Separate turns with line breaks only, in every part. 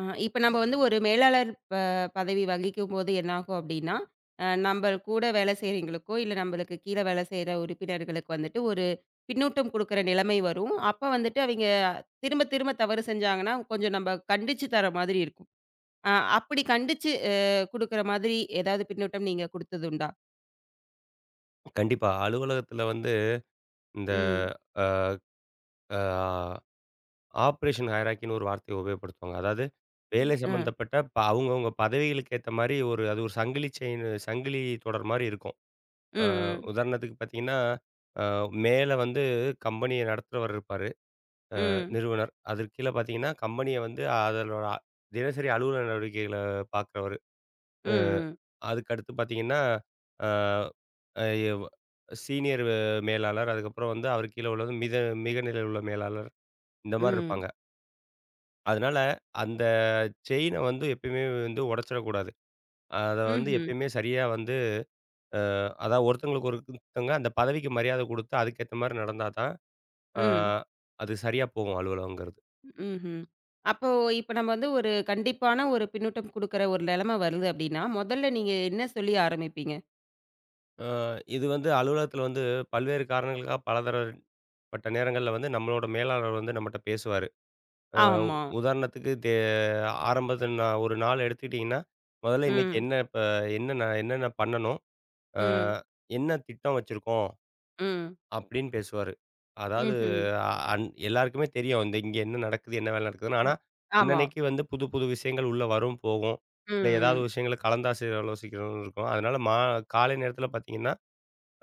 இப்ப நம்ம வந்து ஒரு மேலாளர் பதவி வகிக்கும்போது என்னாகும் அப்டின்னா, நம்ப கூட வேலை செய்றவங்களுக்கோ, இல்ல நம்பளுக்கு கீழ வேலை செய்ற உறுப்பினர்களுக்கு வந்துட்டு ஒரு பின்னூட்டம் குடுக்குற நிலைமை வரும். அப்ப வந்துட்டு அவைங்க திரும்ப திரும்ப தவறு செஞ்சாங்கன்னா, கொஞ்சம் நம்ப கண்டிச்சு தர மாதிரி இருக்கும். அ அப்படி கண்டிச்சு குடுக்குற மாதிரி ஏதாவது பின்னூட்டம் நீங்க குடுத்ததுண்டா?
கண்டிப்பா. அலுவலகத்தில வந்து இந்த
ம்.
அ ஆப்ரேஷன் ஹையரார்கின்னு ஒரு வார்த்தைய உபயோகப்படுத்துவாங்க. அதாவது வேலை
ம்.
சம்மந்தப்பட்ட அவங்கவங்க பதவிகளுக்கு ஏத்த மாரி ஒரு அது ஒரு சங்கிலி சங்கிலி தொடர் மாரி இருக்கும்.
ம்,
அ
ம்.
உதாரணத்துக்கு பார்த்தீங்கன்னா, அ மேல வந்து கம்பெனிய நடத்துறவர் இருப்பாரு.
ம்.
நிறுவனர். அதற்கு கீழ பார்த்தீங்கன்னா, கம்பெனிய வந்து அதனோட தினசரி அலுவலக நடவடிக்கைகள பார்க்குறவரு.
ம், ம்.
அதுக்கு அடுத்து பார்த்தீங்கன்னா, அ அ எவ் சீனியர் மேலாளர். அதுக்கப்புறம் வந்து அவருக்கு கீழ உள்ளது மிக நிலையில் உள்ள மேலாளர். இந்த மாரி
ம்.
இருப்பாங்க. அதனால அந்த செயின வந்து எப்பயுமே வந்து உடைச்சிடக்கூடாது. அத வந்து
ம்ஹ்ம்.
எப்பயுமே சரியா வந்து அதாவது ஒருத்தங்களுக்கு ஒருத்தங்க அந்த பதவிக்கு மரியாதை குடுத்து, அதுக்கேத்த மாரி நடந்தா தான், அ
ம்.
அது சரியா போகும் அலுவலகங்கிறது.
ம்ஹ்ம். அப்போ இப்ப நம்ம வந்து ஒரு கண்டிப்பான ஒரு பின்னூட்டம் குடுக்குற ஒரு நிலைமை வருது அப்டின்னா, முதல்ல நீங்க என்ன சொல்லி ஆரம்பிப்பீங்க?
அ இது வந்து அலுவலகத்தில வந்து பல்வேறு காரணங்களுக்காக பலதரப்பட்ட நேரங்கள்ல வந்து நம்மளோட மேலாளர் வந்து நம்மட்ட பேசுவாரு.
ஆமா.
உதாரணத்துக்கு ஆரம்பத்தில நான் ஒரு நாள் எடுத்துக்கிட்டிங்கன்னா, முதல்ல இன்னைக்கு
ம்.
என்ன இப்ப என்ன நான் என்னென்ன பண்ணணும்? அ
ம்.
என்ன திட்டம் வச்சிருக்கோம்?
ம்.
அப்படின்னு பேசுவாரு. அதாவது
ம்ஹ்ம்.
அ அன் எல்லாருக்குமே தெரியும். இந்த இங்க என்ன நடக்குது? என்ன வேலை நடக்குதுன்னு. ஆனா,
ம். ஆமா.
அன்னன்னைக்கு வந்து புது, புது விஷயங்கள் உள்ள வரும், போகும்.
ம்.
இல்ல ஏதாவது
ம்.
விஷயங்கள கலந்தாசை ஆலோசிக்கிறதும் இருக்கும். அதனால காலை நேரத்தில பார்த்தீங்கன்னா,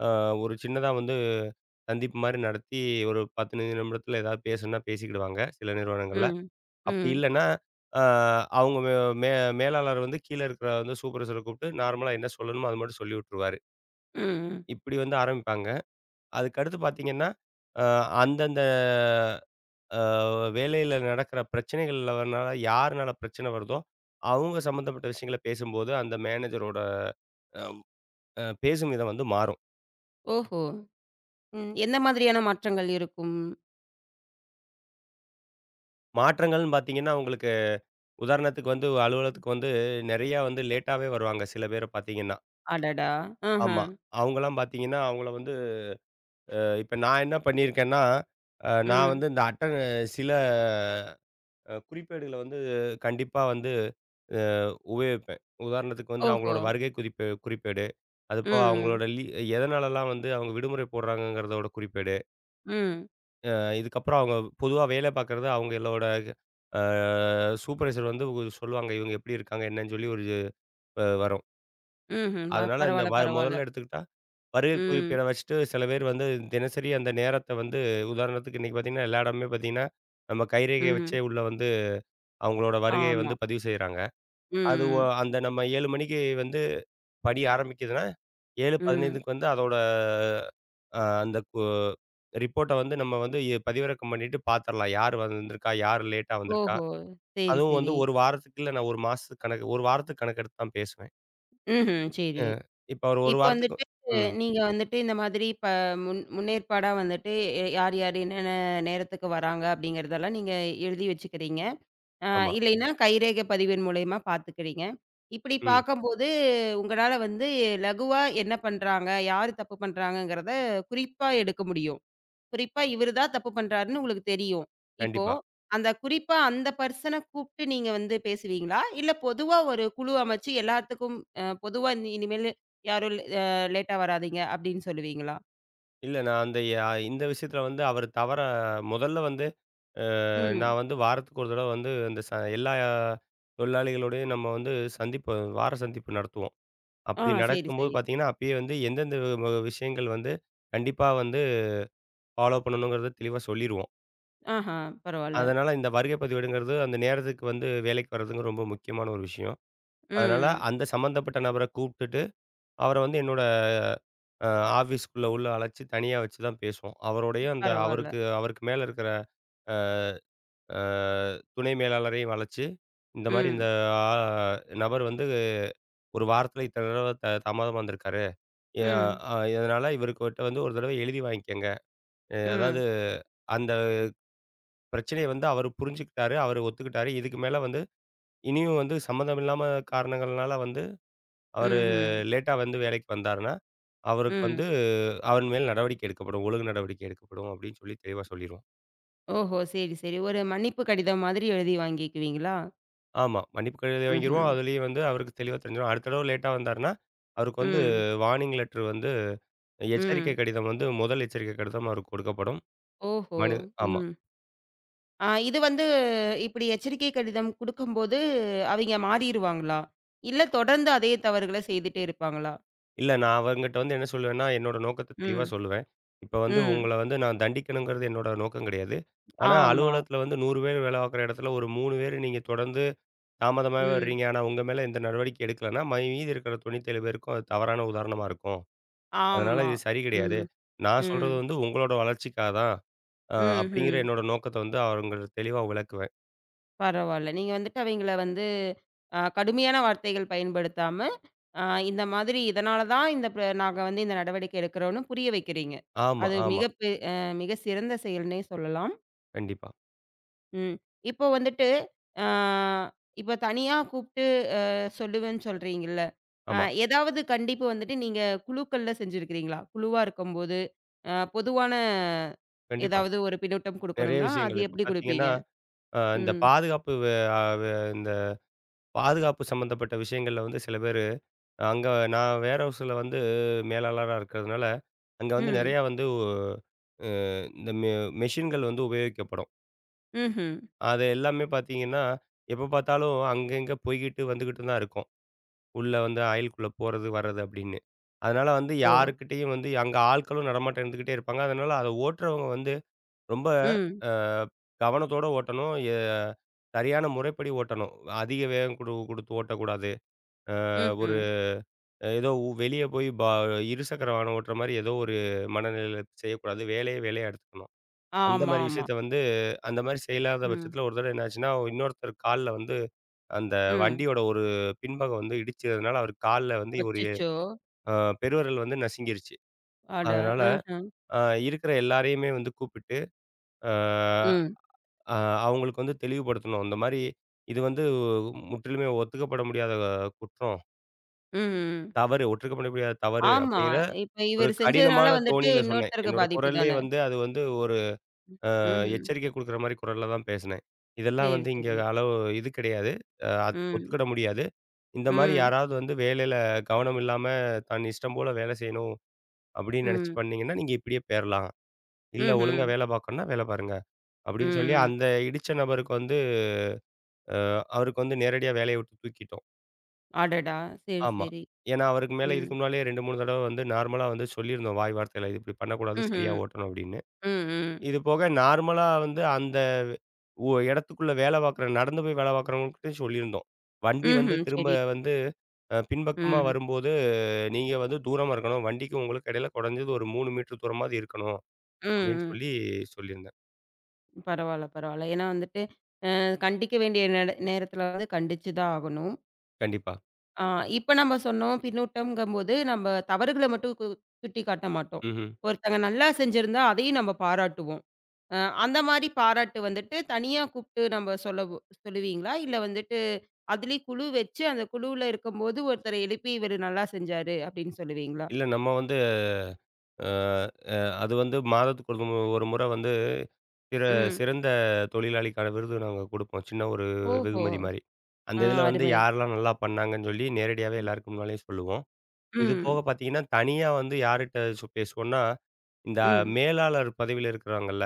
அ ஒரு சின்னதா வந்து சந்திப்பு மாரி நடத்தி ஒரு 15 நிமிடத்தில ஏதாவது பேசணும்னா பேசிக்கிடுவாங்க, சில நிறுவனங்கள்ல.
ம்.
அப்படி
ம்.
இல்லன்னா, அ அவங்க மே மே மேலாளர் வந்து கீழ இருக்கிற வந்து சூப்பர்வைசர கூப்பிட்டு நார்மலா என்ன சொல்லணுமோ அது மட்டும் சொல்லி விட்டுருவாரு.
ம்.
இப்படி வந்து ஆரம்பிப்பாங்க. அதுக்கு அடுத்து பார்த்தீங்கன்னா, அ அந்தந்த அ வேலையில நடக்கிற பிரச்சனைகள்லனால யாருனால பிரச்சனை வருதோ, அவங்க சம்மந்தப்பட்ட விஷயங்கள பேசும்போது, அந்த மேனேஜரோட அ அ பேசும் விதம் வந்து மாறும்.
ஓஹோ! ம். எந்த மாதிரியான மாற்றங்கள் இருக்கும்?
மாற்றங்கள்னு பார்த்தீங்கன்னா, உங்களுக்கு உதாரணத்துக்கு வந்து அலுவலகத்துக்கு வந்து நெறையா வந்து லேட்டாவே வருவாங்க சில பேர பார்த்தீங்கன்னா.
அடடா!
ஆமா.
ம்ஹ்ம்.
அவங்கலாம் பார்த்தீங்கன்னா, அவங்கள வந்து இப்ப நான் என்ன பண்ணியிருக்கேன்னா, நான்
ம்.
வந்து இந்த சில குறிப்பேடுகள வந்து கண்டிப்பா வந்து அ உபயோகிப்பேன். உதாரணத்துக்கு வந்து
ஓஹோ!
அவங்களோட வருகை குறிப்பு குறிப்பேடு, அதுபோக
ம்.
அவங்களோட எதனாலலாம் வந்து அவங்க விடுமுறை போடுறாங்கங்கிறதோட குறிப்பேடு,
ம்.
அ இதுக்கப்புறம் அவங்க பொதுவா வேலை பார்க்குறது அவங்களோட அ சூப்பர்வைசர் வந்து ஒரு சொல்லுவாங்க. இவங்க எப்படி இருக்காங்க? என்னன்னு சொல்லி ஒரு வரும்.
ம்ஹ்ம். ப
அதனால இந்த
பரவால்ல, பரவால்ல.
முதல்ல எடுத்துக்கிட்டா வருகை
ம்.
குறிப்பேட வச்சுட்டு சில பேர் வந்து தினசரி அந்த நேரத்த வந்து உதாரணத்துக்கு இன்னைக்கு பார்த்தீங்கன்னா, எல்லா இடமுமே பார்த்தீங்கன்னா, நம்ம கைரேகைய
ம்.
வச்சே உள்ள வந்து அவங்களோட வருகைய
ஆமா.
வந்து பதிவு செய்றாங்க. அது
ம்.
அந்த நம்ம 7 மணிக்கு வந்து பணி ஆரம்பிக்குதுன்னா,
ம்.
7:15க்கு வந்து அதோட அ அந்த கு ரிப்போர்ட்ட வந்து நம்ம வந்து பதிவிறக்கம் பண்ணிட்டு பாத்துரலாம். யார் வந்திருக்கா? யார் லேட்டா வந்திருக்கா?
ஓஹோ! சரி,
அதுவும் வந்து
சரி.
1 வாரத்துக்கு இல்ல நான் 1 மாசத்துக்கு கணக்கு 1 வாரத்துக்கு கணக்கெடுத்து தான் பேசுவேன்.
ம்ஹ்ம்.
அ
சரி.
இப்ப ஒரு 1
இப்ப
வாரத்துக்கு
வந்துட்டு
ம்.
நீங்க வந்துட்டு இந்த மாதிரி இப்ப முன்னேற்பாடா வந்துட்டு யார், யார் என்னென்ன நேரத்துக்கு வராங்க அப்படிங்கிறதெல்லாம் நீங்க எழுதி வச்சுக்கிறீங்க. அ
ஆமா.
இல்லைன்னா கைரேகை பதிவின் மூலியமா பார்த்துக்கிறீங்க. இப்படி
ம்.
பார்க்கும்போது உங்களால வந்து லகுவா என்ன பண்றாங்க, யாரு தப்பு பண்றாங்கங்கிறத குறிப்பா எடுக்க முடியும். குறிப்பா இவரு தான் தப்பு பண்றாருன்னு உங்களுக்குத் தெரியும். இப்போ,
கண்டிப்பா.
அந்த குறிப்பா அந்த பெர்சன கூப்ட்டு நீங்க வந்து பேசுவீங்களா? இல்ல பொதுவா ஒரு குழு அமைச்சு எல்லாத்துக்கும் பொதுவா இனிமேலு யாரும் லேட்டா வராதீங்க அப்படின்னு சொல்லுவீங்களா?
இல்ல நான் அந்த இந்த விஷயத்துல வந்து அவர் தவற முதல்ல வந்து
ம்.
நான் வந்து வாரத்துக்கு ஒரு தடவ வந்து இந்த எல்லா தொழிலாளிகளோடையும் நம்ம வந்து சந்திப்பு வார சந்திப்பு நடத்துவோம்.
ஆ
அப்படி
சரி,
நடக்கும்போது
சரி.
பார்த்தீங்கன்னா, அப்பயே வந்து எந்தெந்த வி- வ விஷயங்கள் வந்து கண்டிப்பா வந்து ஃபாலோ பண்ணணுங்கிறத தெளிவா சொல்லிருவோம்.
ஆஹா, பரவால்ல.
அதனால இந்த வருகை பதிவேடுங்கிறது அந்த நேரத்துக்கு வந்து வேலைக்கு வர்றதுங்க ரொம்ப முக்கியமான ஒரு விஷயம். அதனால
ம்.
அந்த சம்மந்தப்பட்ட நபர கூப்ட்டுட்டு, அவர வந்து என்னோட அ ஆஃபீஸ்க்குள்ள உள்ள அழைச்சு தனியா வச்சு தான் பேசுவோம். அவரோடயும் அந்த
பரவால்ல.
அவருக்கு அவருக்கு மேல இருக்கிற அ அ துணை மேலாளரையும் அழைச்சு, இந்த மாரி இந்த
ம்.
ஆ நபர் வந்து ஒரு வாரத்துல இத்தன தடவ தாமதமா வந்திருக்காரு. எ
ம்.
அ இதனால இவருக்கிட்ட வந்து ஒரு தடவை எழுதி வாங்கிக்கங்க.
ம்.
அதாவது அந்த பிரச்சனைய வந்து அவரு புரிஞ்சுக்கிட்டாரு. அவரு ஒத்துக்கிட்டாரு. இதுக்கு மேல வந்து இனியும் வந்து சம்மந்தம் இல்லாம காரணங்கள்னால வந்து அவரு
ம்ஹ்ம். ம்.
லேட்டா வந்து வேலைக்கு வந்தாருன்னா, அவருக்கு
ம்
வந்து அவன் மேல் நடவடிக்கை எடுக்கப்படும். ஒழுங்கு நடவடிக்கை எடுக்கப்படும் அப்படின்னு சொல்லி தெளிவா சொல்லிருவோம்.
ஓஹோ! சரி, சரி. ஒரு மன்னிப்பு கடிதம் மாதிரி எழுதி வாங்கிக்குவீங்களா?
ஆமா. மன்னிப்பு கடிதம் வாங்கிருவோம்.
ம்ஹ்ம்.
அதுலயும் வந்து அவருக்கு தெளிவா தெரிஞ்சிரும். அடுத்த தடவ லேட்டா வந்தாருன்னா, அவருக்கு வந்து
ம்.
வார்னிங் லெட்டர் வந்து எச்சரிக்கை
ம்.
கடிதம் வந்து முதல் எச்சரிக்கை கடிதம் அவருக்கு கொடுக்கப்படும்.
ஓஹோ!
மனு ஆமா.
ம். ஆ இது வந்து இப்படி எச்சரிக்கை கடிதம் குடுக்கும்போது, அவைங்க மாறிருவாங்களா? இல்ல தொடர்ந்து அதே தவறுகள செய்துட்டே இருப்பாங்களா?
இல்ல நான் அவங்கட்ட வந்து என்ன சொல்லுவேன்னா, என்னோட நோக்கத்த தெளிவா
ம்,
சொல்லுவேன். இப்ப வந்து
ம்.
உங்கள வந்து நான் தண்டிக்கணுங்கிறது என்னோட நோக்கம் கிடையாது. ஆனா
ஆமா.
அலுவலகத்துல வந்து 100 பேர் வேலை பார்க்குற இடத்துல ஒரு 3 பேர் நீங்க தொடர்ந்து தாமதமாவே
ம்.
வர்றீங்க. ஆனா உங்க மேல எந்த நடவடிக்கை எடுக்கலன்னா, மீதி இருக்கிற 97 பேருக்கும் அது தவறான உதாரணமா இருக்கும். அதனால
ஆமா.
இது சரி கிடையாது.
ம்,
நான்
ம்,
சொல்றது வந்து உங்களோட வளர்ச்சிக்காக தான். அப்படிங்கிற
ம்ஹ்ம்.
என்னோட நோக்கத்த வந்து அவங்களுக்கு தெளிவா விளக்குவேன்.
பரவால்ல. நீங்க வந்துட்டு அவைங்கள வந்து கடுமையான வார்த்தைகள் பயன்படுத்தாம, அ இந்த மாதிரி இதனால தான் இந்த நாங்க வந்து இந்த நடவடிக்கை எடுக்கிறோம்னு புரிய வைக்கிறீங்க.
ஆமா,
அது
ஆமா.
மிக சிறந்த செயல்னே சொல்லலாம்.
கண்டிப்பா.
ம். இப்போ வந்துட்டு, ஆ இப்போ தனியா கூப்ட்டு அ சொல்லுவேன்னு சொல்றீங்கல்ல. அ
ஆமா,
ஏதாவது கண்டிப்பு வந்துட்டு நீங்க குழுக்கள்ல செஞ்சிருக்கிறீங்களா? குழுவா இருக்கும்போது, பொதுவான
கண்டிப்பா.
ஏதாவது ஒரு பின்னூட்டம்
நெறைய
குடுக்கணும்னா, அது
விஷயங்கள். இப்ப
எப்படி
பார்த்தீங்கன்னா,
குடுப்பீங்க?
அ இந்த
ம்.
பாதுகாப்பு வே அ வே இந்த பாதுகாப்பு சம்மந்தப்பட்ட விஷயங்கள்ல வந்து சில பேரு, அங்க நான் வேர் ஹவுஸ்ல வந்து மேலாளரா இருக்கிறதுனால, அங்க வந்து
ம்.
நெறையா வந்து அ இந்த மெ மெஷின்கள் வந்து உபயோகிக்கப்படும்.
ம்ஹ்ம்.
அது எல்லாமே பார்த்தீங்கன்னா, எப்ப பார்த்தாலும் அங்கங்க போய்க்கிட்டு வந்துகிட்டு தான் இருக்கும். உள்ள வந்து அயலுக்குள்ள போறது, வர்றது அப்படின்னு. அதனால வந்து
ஓ!
யாருக்கிட்டயும் வந்து அங்க ஆட்களும் நடமாட்டம் இருந்துகிட்டே இருப்பாங்க. அதனால அத ஓட்டுறவங்க வந்து ரொம்ப
ம்.
அ கவனத்தோட ஓட்டணும். சரியான முறைப்படி ஓட்டணும். அதிக வேகம் குடுத்து ஓட்டக்கூடாது. அ
ம்ஹ்ம்.
ஏதோ உ வெளிய போய் பா இருசக்கர வாகனம் ஓட்டுற மாரி ஏதோ ஒரு மனநிலையில செய்யக்கூடாது. வேலையே வேலையா எடுத்துக்கணும். அந்த
ஆமா,
மாரி
ஆமா.
விஷயத்த வந்து அந்த மாரி செய்யலாத
ம்.
பட்சத்தில ஒரு தடவ என்ன ஆச்சுன்னா, இன்னொருத்தர் கால்ல வந்து அந்த
ம்.
வண்டியோட ஒரு பின்பக்கம் வந்து இடிச்சதுனால அவர் கால்ல வந்து ஒரு
அச்சச்சோ!
அ பெருவிரல் வந்து நசுங்கிருச்சு.
அட!
அதனால
ம்ஹ்ம்.
அ இருக்கிற எல்லாரையுமே வந்து கூப்பிட்டு, அ
ம்.
அ அவங்களுக்கு வந்து தெளிவுபடுத்தணும். இந்த மாரி இது வந்து முற்றிலுமே ஒத்துக்கப்பட முடியாத குற்றம்.
ம்.
தவறு. ஒற்றுக்கப்பட முடியாத தவறு
ஆமா.
அப்படிங்கிற
இப்ப
ஒரு
இவரு செஞ்சதுனால
கடினமான
வந்துட்டு
தோணியில சொன்னேன்.
இன்னொருத்தருக்கு
என்னோட
பாதிப்பு தான.
குரல்லே வந்து அது வந்து ஒரு
ம்ஹ்ம்.
எச்சரிக்கை குடுக்குற மாரி குரல்ல தான் பேசினேன். இதெல்லாம்
சரி,
வந்து இங்க
சரி.
அளவு இது கிடையாது. அ அத்
ம்.
ஒத்துக்கிட முடியாது. இந்த மாரி
ம்.
யாராவது வந்து வேலையில கவனம் இல்லாம தன் இஷ்டம் போல வேலை செய்யணும் அப்படின்னு நினைச்சு
ம்.
பண்ணீங்கன்னா, நீங்க இப்படியே போயிரலாம். இல்ல ஒழுங்கா
ம்ஹ்ம்.
வேலை பார்க்கணும்னா வேலை பாருங்க. அப்படின்னு சொல்லி
ம்.
அந்த இடிச்ச நபருக்கு வந்து அவருக்கு வந்து நேரடியா வேலைய விட்டு தூக்கிட்டோம்.
அடடா! சரி,
ஆமா.
சரி.
ஏன்னா அவருக்கு மேல
ம்.
இதுக்கு முன்னாலயே 2, 3 தடவ வந்து நார்மலா வந்து சொல்லியிருந்தோம் வாய் வார்த்தையில. இது இப்படி பண்ணக்கூடாது, சரியா
ம்ஹ்ம்.
ஓட்டணும் அப்படின்னு.
ம். ம்.
இது போக நார்மலா வந்து அந்த இடத்துக்குள்ள வேலை பார்க்குற நடந்து போய் வேலை பார்க்குறவங்ககிட்டயும் சொல்லியிருந்தோம். வண்டி வந்து
ம்ஹ்ம்.
திரும்ப
சரி.
வந்து பின்பக்கமா
ம்.
வரும்போது, நீங்க வந்து தூரமா இருக்கணும். வண்டிக்கும் உங்களுக்கும் இடையில குறைஞ்சது ஒரு 3 மீட்டர் தூரமாவது இருக்கணும்.
ம்.
அப்படின்னு
ம்.
சொல்லி சொல்லியிருந்தேன்.
பரவால்ல, பரவால்ல. ஏன்னா வந்துட்டு, அ கண்டிக்க வேண்டிய நேரத்துல வந்து கண்டிச்சு தான் ஆகணும்.
கண்டிப்பா.
ஆ இப்ப நம்ம சொன்னோம், பின்னூட்டம்ங்கும்போது நம்ம தவறுகள மட்டும் சுட்டிக்காட்ட மாட்டோம்.
ம்ஹ்ம்.
ஒருத்தங்க நல்லா செஞ்சிருந்தா, அதையும் நம்ம பாராட்டுவோம். அ அந்த மாரி பாராட்டு வந்துட்டு, தனியா கூப்ட்டு நம்ம சொல்லுவீங்களா? இல்ல வந்துட்டு அதுலயும் குழு வச்சு, அந்த குழுவுல இருக்கும்போது ஒருத்தர எழுப்பி, "இவரு நல்லா செஞ்சாரு" அப்படின்னு சொல்லுவீங்களா?
இல்ல நம்ம வந்து அ அ அது வந்து மாதத்துக்கு ஒரு ஒரு முறை வந்து சிற
ம்.
சிறந்த தொழிலாளிக்கான விருது நாங்க குடுப்போம். சின்ன ஒரு
ஓஹோ!
வெகுமதி மாரி. அந்த
ஆ
இதில வந்து
அருமை.
யாரெல்லாம் நல்லா பண்ணாங்கன்னு சொல்லி நேரடியாவே எல்லாருக்கு முன்னாலயும் சொல்லுவோம். இது போக
ம்.
பார்த்தீங்கன்னா, தனியா வந்து யாருட்ட சு பேசுவோம்னா, இந்த
ம்.
மேலாளர் பதவியில இருக்கிறாங்கல்ல,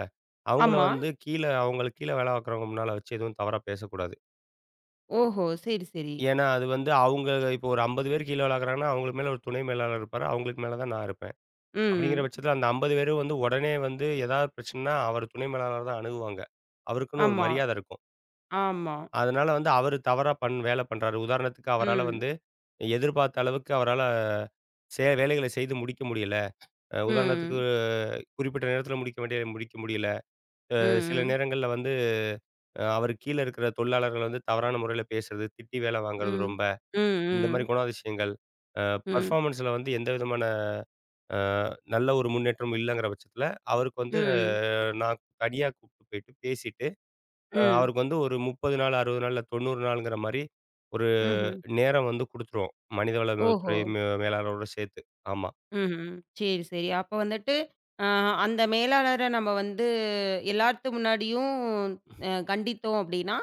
அவங்கள
ஆமா.
வந்து அவங்களுக்கு கீழ வேலை பார்க்குறவங்க முன்னால வச்சு எதுவும் தவறா பேசக்கூடாது.
ஓஹோ! சரி, சரி.
ஏன்னா, அது வந்து அவங்க இப்போ ஒரு 50 பேர் கீழ வேலை பார்க்குறாங்கன்னா, அவங்களுக்கு மேல ஒரு துணை மேலாளர் இருப்பாரு. அவங்களுக்கு மேல தான் நான் இருப்பேன். அப்படிங்கிற
ம்.
பட்சத்தில அந்த 50 பேரும் வந்து உடனே வந்து ஏதாவது பிரச்சனைன்னா, அவர் துணை மேலாளர தான் அணுகுவாங்க. அவருக்குன்னு ஒரு
ஆமா,
மரியாதை இருக்கும்.
ஆமா.
அதனால வந்து அவரு தவறா வேலை பண்றாரு. உதாரணத்துக்கு அவரால
ம்.
வந்து எதிர்பார்த்த அளவுக்கு அவரால, வேலைகள செய்து முடிக்க முடியல. உதாரணத்துக்கு
ம்.
குறிப்பிட்ட நேரத்தில முடிக்க வேண்டியத முடிக்க முடியல. சில
ம்.
நேரங்கள்ல வந்து அவர் கீழ இருக்கிற தொழிலாளர்கள வந்து தவறான முறையில பேசுறது, திட்டி வேலை வாங்குறது
ம்.
ரொம்ப.
ம்.
இந்த மாரி
ம்.
குணாதிசயங்கள், அ
ம்.
பெர்ஃபார்மன்ஸ்ல வந்து எந்த விதமான அ நல்ல ஒரு முன்னேற்றமும் இல்லங்கிற பட்சத்தில, அவருக்கு வந்து
ம்.
நான் தனியா கூட்டிட்டு போயிட்டு பேசிட்டு,
ம்.
அவருக்கு வந்து ஒரு 30 நாள், 60 நாள், இல்ல 90 நாளுங்கிற மாரி ஒரு
ம்ஹ்ம்.
நேரம் வந்து குடுத்துருவோம். மனிதவள
ஓஹோ!
துறை மேலாளரோட சேர்த்து. ஆமா,
ம்ஹ்ம். சரி, சரி. அப்ப வந்துட்டு, அ அந்த மேலாளர நம்ம வந்து எல்லாத்து முன்னாடியும் கண்டித்தோம் அப்படின்னா,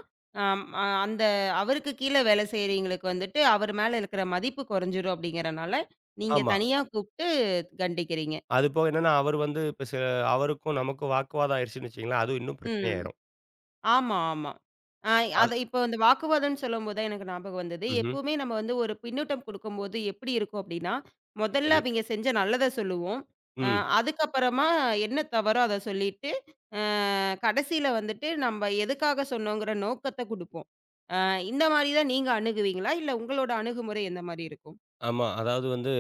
அம் அ அந்த அவருக்கு கீழ வேலை செய்றவங்களுக்கு வந்துட்டு, அவர் மேல இருக்கிற மதிப்பு குறைஞ்சிரும் அப்படிங்கிறனால, நீங்க
ஆமா.
தனியா கூப்ட்டு கண்டிக்கிறீங்க.
அது போக என்னன்னா, அவர் வந்து இப்ப சில அவருக்கும் நமக்கும் வாக்குவாதம் ஆயிருச்சுன்னு வச்சுக்கங்களேன், அதுவும் இன்னும்
ம்.
பிரச்சனையாயிரும்.
ஆமா, ஆமா. அ
அது
அத இப்போ இந்த வாக்குவாதம்ன்னு சொல்லும்போது தான் எனக்கு ஞாபகம் வந்தது.
ம்ஹ்ம்.
எப்பவுமே நம்ம வந்து ஒரு பின்னூட்டம் குடுக்கும்போது எப்படி இருக்கும் அப்படின்னா, முதல்ல
சரி.
அவிங்க செஞ்ச நல்லத சொல்லுவோம். அ
ம்.
அதுக்கப்புறமா என்ன தவறோ அத சொல்லிட்டு, அ கடைசியில வந்துட்டு நம்ம எதுக்காக சொன்னோங்கிற நோக்கத்த குடுப்போம். அ இந்த மாரி தான் நீங்க அணுகுவீங்களா? இல்ல உங்களோட அணுகுமுறை எந்த மாரி இருக்கும்?
ஆமா. அதாவது வந்து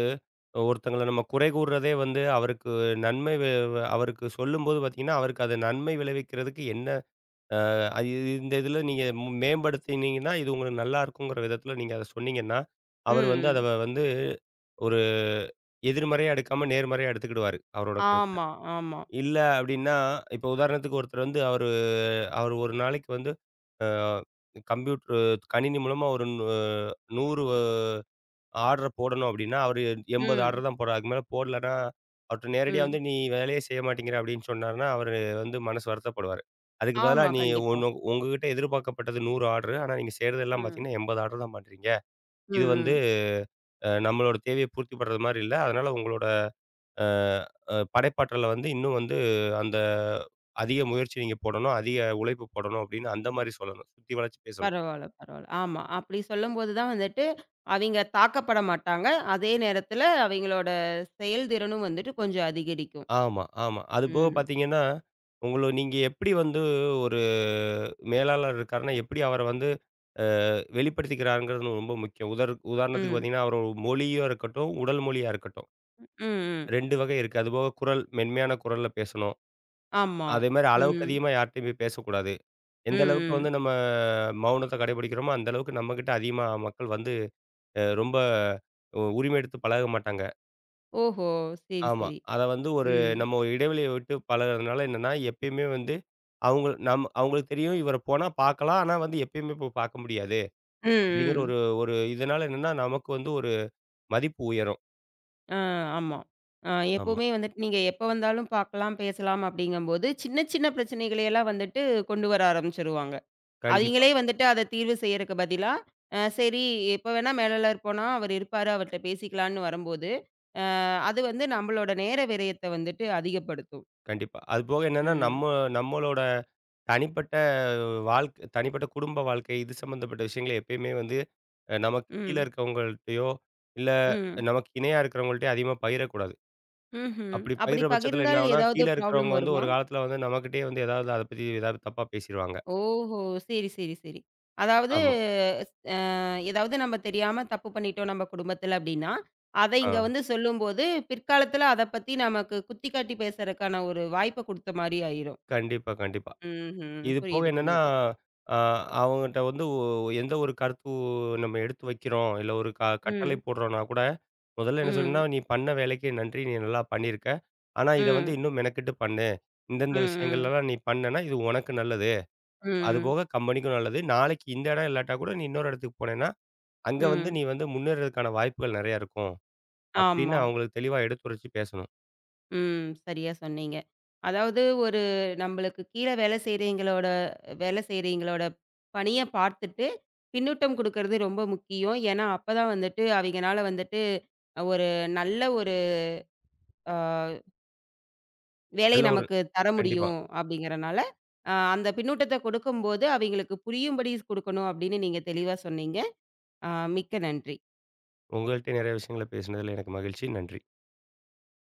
ஒருத்தங்கள நம்ம குறை கூறுறதே வந்து அவருக்கு நன்மை வி வி- அவருக்கு சொல்லும்போது பார்த்தீங்கன்னா, அவருக்கு அது நன்மை விளைவிக்கிறதுக்கு என்ன இந்த இதில நீங்க மேம்படுத்தினீங்கன்னா, இது உங்களுக்கு நல்லா இருக்குங்கிற விதத்தில நீங்க அத சொன்னீங்கன்னா, அவர் வந்து அத
ம்.
வந்து ஒரு எதிர்மறையா எடுக்காம நேர்மறையா எடுத்துக்கிடுவாரு. அவரோட கருத்து.
ஆமா, ஆமா.
இல்ல அப்டின்னா, இப்ப உதாரணத்துக்கு ஒருத்தர் வந்து அவரு அவரு ஒரு நாளைக்கு வந்து அ கம்ப்யூட்டர் கணினி மூலமா ஒரு 100 ஆர்டர போடணும் அப்டின்னா, அவரு 80
ம்,
ஆர்டர் தான் போடுறார். அதுக்கு மேல போடலன்னா, அவர்ட்ட நேரடியா
ம்.
வந்து "நீ வேலையே செய்ய மாட்டேங்கிற" அப்டின்னு சொன்னாருன்னா, அவரு வந்து மனசு வருத்தப்படுவாரு. அதுக்கு பதிலா
ஆமா,
"நீ
கண்டிப்பா.
உங்ககிட்ட எதிர்பார்க்கப்பட்டது 100 ஆர்டரு. ஆனா நீங்க செய்றதெல்லாம்
ம்,
பார்த்தீங்கன்னா, 80 ஆர்டர் தான் பண்றீங்க.
ம்,
இது வந்து
ம்.
நம்மளோட தேவைய பூர்த்தி பண்றது மாரி இல்ல. அதனால உங்களோட அ அ படைப்பாற்றல வந்து இன்னும் வந்து அந்த அதிக முயற்சி நீங்க போடணும், அதிக உழைப்பு போடணும் அப்படின்னு அந்த மாரி சொல்லணும். சுத்தி வளைச்சு பேசணும்.
பரவால்ல, பரவால்ல. ஆமா. அப்படி சொல்லும்போது தான் வந்துட்டு, அவிங்க தாக்கப்பட மாட்டாங்க. அதே நேரத்தில அவிங்களோட செயல்திறனும் வந்துட்டு கொஞ்சம் அதிகரிக்கும்.
ஆமா, ஆமா. அதுபோக
ம்.
பார்த்தீங்கன்னா, உங்கள நீங்க எப்படி வந்து ஒரு மேலாளர் இருக்காருன்னா, எப்படி அவர வந்து அ வெளிப்படுத்திக்கிறாருங்கிறது ரொம்ப முக்கியம். உதாரணத்துக்கு
ம்.
பார்த்தீங்கன்னா, அவரோட மொழியா இருக்கட்டும், உடல் மொழியா இருக்கட்டும்.
ம். ம்.
2 வகை இருக்கு. அதுபோக குரல் மென்மையான குரல்ல பேசணும்.
ஆமா.
அதேமாரி அளவுக்கு
ம்.
அதிகமா யார்ட்டயும் போய் பேசக்கூடாது.
ம்.
எந்த அளவுக்கு
ம்.
வந்து நம்ம மௌனத்த கடைபிடிக்கிறோமோ, அந்த அளவுக்கு நம்மகிட்ட அதிகமா மக்கள் வந்து அ ரொம்ப உ உரிமை எடுத்து பழக மாட்டாங்க.
ஓஹோ! சரி,
ஆமா.
சரி.
அத வந்து ஒரு
ம்.
ஒரு இடைவெளிய விட்டு பழகுறதுனால என்னன்னா, எப்பயுமே வந்து அவங்களுக்கு தெரியும் இவர போனா பார்க்கலாம். ஆனா வந்து எப்பயுமே போய் பார்க்க முடியாது.
ம்.
அப்படிங்கிற
ம்.
ஒரு ஒரு இதனால என்னன்னா, நமக்கு வந்து ஒரு மதிப்பு உயரும்.
ஆ, ஆமா. அ
ஆமா.
எப்பவுமே வந்துட்டு நீங்க எப்ப வந்தாலும் பார்க்கலாம், பேசலாம் அப்படிங்கம்போது, சின்ன சின்ன பிரச்சனைகளையெல்லாம் வந்துட்டு கொண்டு வர ஆரம்பிச்சுருவாங்க.
கண்டிப்பா,
அவிங்களே வந்துட்டு அத தீர்வு செய்யறக்கு பதிலா, அ சரி எப்ப வேணா மேலாளர் போனா அவரு இருப்பாரு, அவர்ட்ட பேசிக்கலான்னு வரும்போது, அ அது வந்து நம்மளோட நேர விரயத்த வந்துட்டு அதிகப்படுத்தும்.
கண்டிப்பா. அதுபோக என்னன்னா,
ம்.
நம்மளோட தனிப்பட்ட தனிப்பட்ட குடும்ப வாழ்க்கை இது சம்மந்தப்பட்ட விஷயங்கள எப்பயுமே வந்து நமக்கு கீழ
ம்.
இருக்கவங்கள்ட்டயோ, இல்ல
ம்.
நமக்கு இணையா இருக்கிறவங்கள்ட்டயோ அதிகமா பகிரக்கூடாது.
ம்ஹ்ம்.
அப்படி
அப்படி
பயிர்ற பட்சத்தில என்ன
பகிர்ந்தால்
ஆகும்னா,
ஏதாவது
கீழ இருக்கிறவங்க
ப்ராப்ளம்
வந்து
வருமா?
ஒரு காலத்தில வந்து நம்மகிட்டயே வந்து ஏதாவது அத பத்தி ஏதாவது தப்பா பேசிருவாங்க.
ஓஹோ! சரி, சரி, சரி. அதாவது
ஆமா.
ஸ் அ ஏதாவது நம்ம தெரியாம தப்பு பண்ணிட்டோம் நம்ம குடும்பத்துல அப்படின்னா, அத
ஆ
இங்க வந்து சொல்லும்போது, பிற்காலத்துல அத பத்தி நமக்கு குத்தி காட்டி பேசறக்கான ஒரு வாய்ப்ப குடுத்த மாரி ஆயிரும்.
கண்டிப்பா, கண்டிப்பா.
ம்ஹ்ம்.
இது போக
புரியுது,
என்னன்னா,
புரியுது.
அ அவங்கட்ட வந்து ஒ எந்த ஒரு கருத்து நம்ம எடுத்து வைக்கிறோம், இல்ல ஒரு கட்டளை
ம்.
போடுறோம்னா கூட, முதல்ல என்ன சொல்லணும்னா,
ம்.
"நீ பண்ண வேலைக்கு நன்றி. நீ நல்லா பண்ணியிருக்க. ஆனா இத வந்து
ம்.
இன்னும் மெனக்கெட்டு பண்ணு.
ம்.
இந்தந்த
ம்.
விஷயங்கள்லலாம் நீ பண்ணேன்னா, இது உனக்கு நல்லது.
ம்.
அதுபோக கம்பெனிக்கும் நல்லது. நாளைக்கு இந்த இடம் இல்லாட்டா கூட, நீ இன்னொரு இடத்துக்கு போனேன்னா, அங்க வந்து
ம்.
நீ வந்து முன்னேறதுக்கான வாய்ப்புகள் நெறையா இருக்கும்." அப்படின்னு
ஆமா.
அவங்களுக்கு தெளிவா எடுத்துரைச்சு பேசணும்.
ம். சரியா சொன்னீங்க. அதாவது ஒரு நம்மளுக்கு கீழ வேலை செய்றவங்களோட பணிய பார்த்துட்டு, பின்னூட்டம் குடுக்கறது ரொம்ப முக்கியம். ஏன்னா, அப்பதான் வந்துட்டு அவைங்கனால வந்துட்டு ஒரு நல்ல அ வேலை
நல்ல ஒரு
நமக்கு தர
கண்டிப்பா.
முடியும் அப்படிங்கிறனால, அந்த பின்னூட்டத்த கொடுக்கும்போது அவைங்களுக்கு புரியும்படி குடுக்கணும் அப்படின்னு நீங்க தெளிவா சொன்னீங்க. அ மிக்க நன்றி.
உங்கள்ட்ட நெறைய விஷயங்கள பேசினதுல எனக்கு மகிழ்ச்சி. நன்றி.